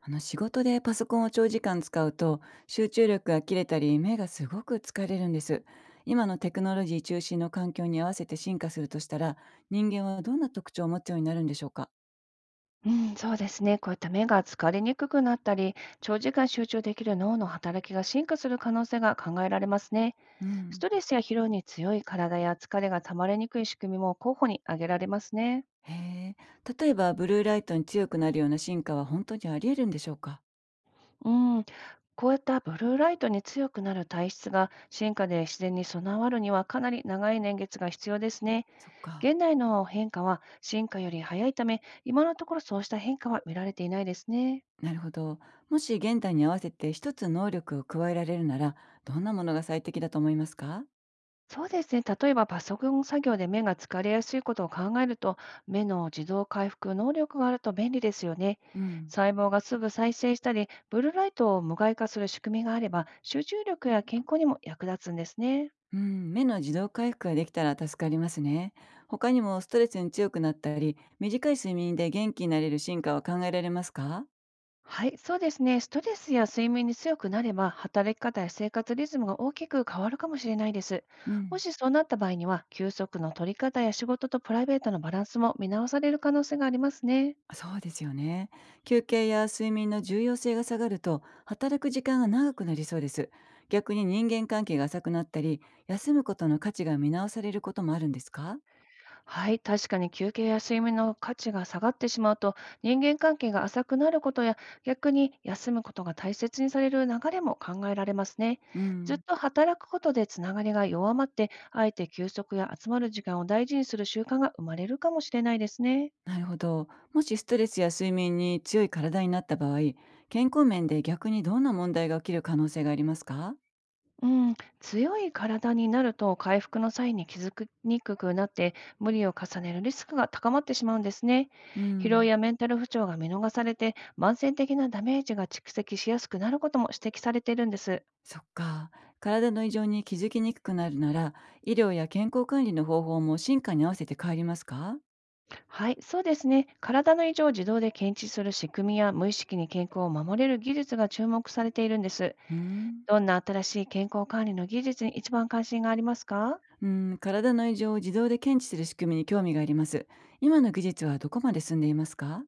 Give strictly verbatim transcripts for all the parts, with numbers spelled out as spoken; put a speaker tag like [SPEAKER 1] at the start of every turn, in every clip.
[SPEAKER 1] あの、仕事でパソコンを長時間使うと集中力が切れたり目がすごく疲れるんです。今のテクノロジー中心の環境に合わせて進化するとしたら人間はどんな特徴を持つようになるんでしょうか？
[SPEAKER 2] うん、そうですね。こういった目が疲れにくくなったり、長時間集中できる脳の働きが進化する可能性が考えられますね。
[SPEAKER 1] う
[SPEAKER 2] ス
[SPEAKER 1] ん。
[SPEAKER 2] トレスや疲労に強い体や疲れがたまりにくい仕組みも候補に挙げられますね。
[SPEAKER 1] へえ。例えばブルーライトに強くなるような進化は本当にあり得るんでしょうか？
[SPEAKER 2] うん、こういったブルーライトに強くなる体質が進化で自然に備わるにはかなり長い年月が必要ですね。
[SPEAKER 1] そっか。
[SPEAKER 2] 現代の変化は進化より早いため、今のところそうした変化は見られていないですね。
[SPEAKER 1] なるほど。もし現代に合わせて一つ能力を加えられるならどんなものが最適だと思いますか？
[SPEAKER 2] そうですね。例えばパソコン作業で目が疲れやすいことを考えると、目の自動回復能力があると便利ですよね。
[SPEAKER 1] うん。
[SPEAKER 2] 細胞がすぐ再生したり、ブルーライトを無害化する仕組みがあれば、集中力や健康にも役立つんですね。
[SPEAKER 1] うん、目の自動回復ができたら助かりますね。他にもストレスに強くなったり、短い睡眠で元気になれる進化は考えられますか？
[SPEAKER 2] はい、そうですね。ストレスや睡眠に強くなれば、働き方や生活リズムが大きく変わるかもしれないです。
[SPEAKER 1] う
[SPEAKER 2] も
[SPEAKER 1] ん、
[SPEAKER 2] しそうなった場合には、休息の取り方や仕事とプライベートのバランスも見直される可能性がありますね。
[SPEAKER 1] そうですよね。休憩や睡眠の重要性が下がると、働く時間が長くなりそうです。逆に人間関係が浅くなったり、休むことの価値が見直されることもあるんですか？
[SPEAKER 2] はい、確かに休憩や睡眠の価値が下がってしまうと、人間関係が浅くなることや、逆に休むことが大切にされる流れも考えられますね。
[SPEAKER 1] う
[SPEAKER 2] ずっ
[SPEAKER 1] ん、
[SPEAKER 2] と働くことでつながりが弱まって、あえて休息や集まる時間を大事にする習慣が生まれるかもしれないですね。
[SPEAKER 1] なるほど。もしストレスや睡眠に強い体になった場合、健康面で逆にどんな問題が起きる可能性がありますか？
[SPEAKER 2] うん、強い体になると回復の際に気づきにくくなって無理を重ねるリスクが高まってしまうんですね。
[SPEAKER 1] う
[SPEAKER 2] 疲労
[SPEAKER 1] ん。
[SPEAKER 2] やメンタル不調が見逃されて慢性的なダメージが蓄積しやすくなることも指摘されているんです。
[SPEAKER 1] そっか。体の異常に気づきにくくなるなら、医療や健康管理の方法も進化に合わせて変わりますか？
[SPEAKER 2] はい、そうですね。体の異常を自動で検知する仕組みや無意識に健康を守れる技術が注目されているんです。
[SPEAKER 1] うーん。
[SPEAKER 2] どんな新しい健康管理の技術に一番関心がありますか？
[SPEAKER 1] うーん、体の異常を自動で検知する仕組みに興味があります。今の技術はどこまで進んでいますか？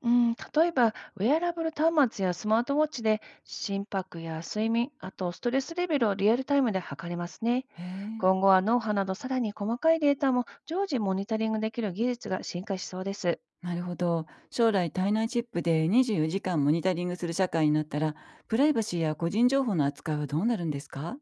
[SPEAKER 2] うん、例えば、ウェアラブル端末やスマートウォッチで心拍や睡眠、あとストレスレベルをリアルタイムで測れますね。
[SPEAKER 1] へえ。
[SPEAKER 2] 今後は脳波などさらに細かいデータも常時モニタリングできる技術が進化しそうです。
[SPEAKER 1] なるほど。将来体内チップでにじゅうよじかんモニタリングする社会になったら、プライバシーや個人情報の扱いはどうなるんですか？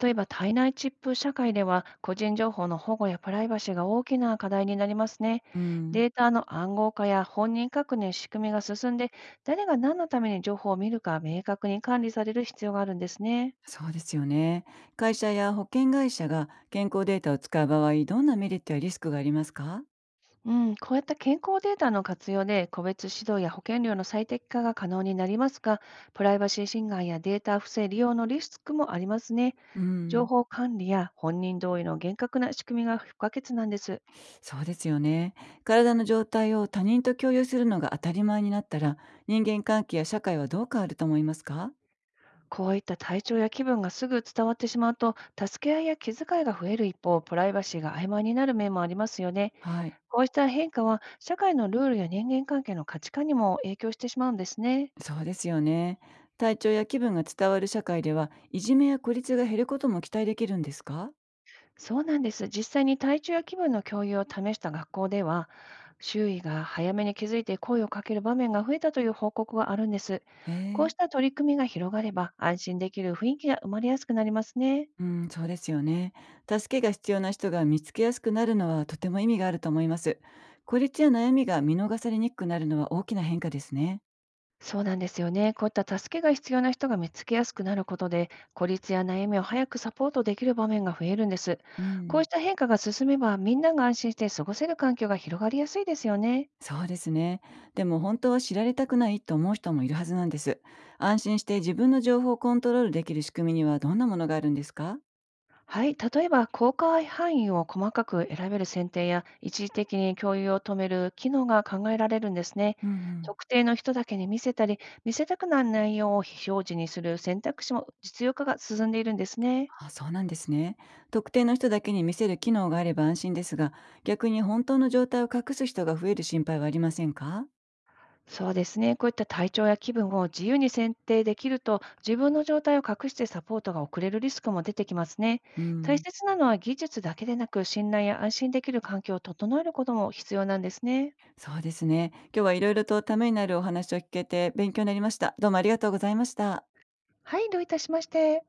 [SPEAKER 2] 例えば、体内チップ社会では個人情報の保護やプライバシーが大きな課題になりますね。
[SPEAKER 1] うん。
[SPEAKER 2] データの暗号化や本人確認仕組みが進んで、誰が何のために情報を見るか明確に管理される必要があるんですね。
[SPEAKER 1] そうですよね。会社や保険会社が健康データを使う場合、どんなメリットやリスクがありますか？
[SPEAKER 2] うん、こういった健康データの活用で個別指導や保険料の最適化が可能になりますが、プライバシー侵害やデータ不正利用のリスクもありますね。
[SPEAKER 1] う
[SPEAKER 2] 情
[SPEAKER 1] ん、
[SPEAKER 2] 報管理や本人同意の厳格な仕組みが不可欠なんです。
[SPEAKER 1] そうですよね。体の状態を他人と共有するのが当たり前になったら、人間関係や社会はどう変わると思いますか？
[SPEAKER 2] こういった体調や気分がすぐ伝わってしまうと、助け合いや気遣いが増える一方、プライバシーが曖昧になる面もありますよね。
[SPEAKER 1] はい、
[SPEAKER 2] こうした変化は、社会のルールや人間関係の価値観にも影響してしまうんですね。
[SPEAKER 1] そうですよね。体調や気分が伝わる社会では、いじめや孤立が減ることも期待できるんですか？
[SPEAKER 2] そうなんです。実際に体調や気分の共有を試した学校では、周囲が早めに気づいて声をかける場面が増えたという報告があるんです。
[SPEAKER 1] へ
[SPEAKER 2] こう
[SPEAKER 1] え、
[SPEAKER 2] した取り組みが広がれば、安心できる雰囲気が生まれやすくなりますね。
[SPEAKER 1] うん、そうですよね。助けが必要な人が見つけやすくなるのはとても意味があると思います。孤立や悩みが見逃されにくくなるのは大きな変化ですね。
[SPEAKER 2] そうなんですよね。こういった助けが必要な人が見つけやすくなることで、孤立や悩みを早くサポートできる場面が増えるんです。
[SPEAKER 1] う
[SPEAKER 2] こう
[SPEAKER 1] ん。
[SPEAKER 2] した変化が進めば、みんなが安心して過ごせる環境が広がりやすいですよね。
[SPEAKER 1] そうですね。でも本当は知られたくないと思う人もいるはずなんです。安心して自分の情報をコントロールできる仕組みにはどんなものがあるんですか？
[SPEAKER 2] はい、例えば公開範囲を細かく選べる選定や一時的に共有を止める機能が考えられるんですね。
[SPEAKER 1] うんうん。
[SPEAKER 2] 特定の人だけに見せたり、見せたくない内容を非表示にする選択肢も実用化が進んでいるんですね。
[SPEAKER 1] あ、そうなんですね。特定の人だけに見せる機能があれば安心ですが、逆に本当の状態を隠す人が増える心配はありませんか？
[SPEAKER 2] そうですね、こういった体調や気分を自由に選定できると、自分の状態を隠してサポートが遅れるリスクも出てきますね。
[SPEAKER 1] う
[SPEAKER 2] 大
[SPEAKER 1] ん、
[SPEAKER 2] 切なのは技術だけでなく、信頼や安心できる環境を整えることも必要なんですね。
[SPEAKER 1] そうですね。今日はいろいろとためになるお話を聞けて勉強になりました。どうもありがとうございました。
[SPEAKER 2] はい、どういたしまして。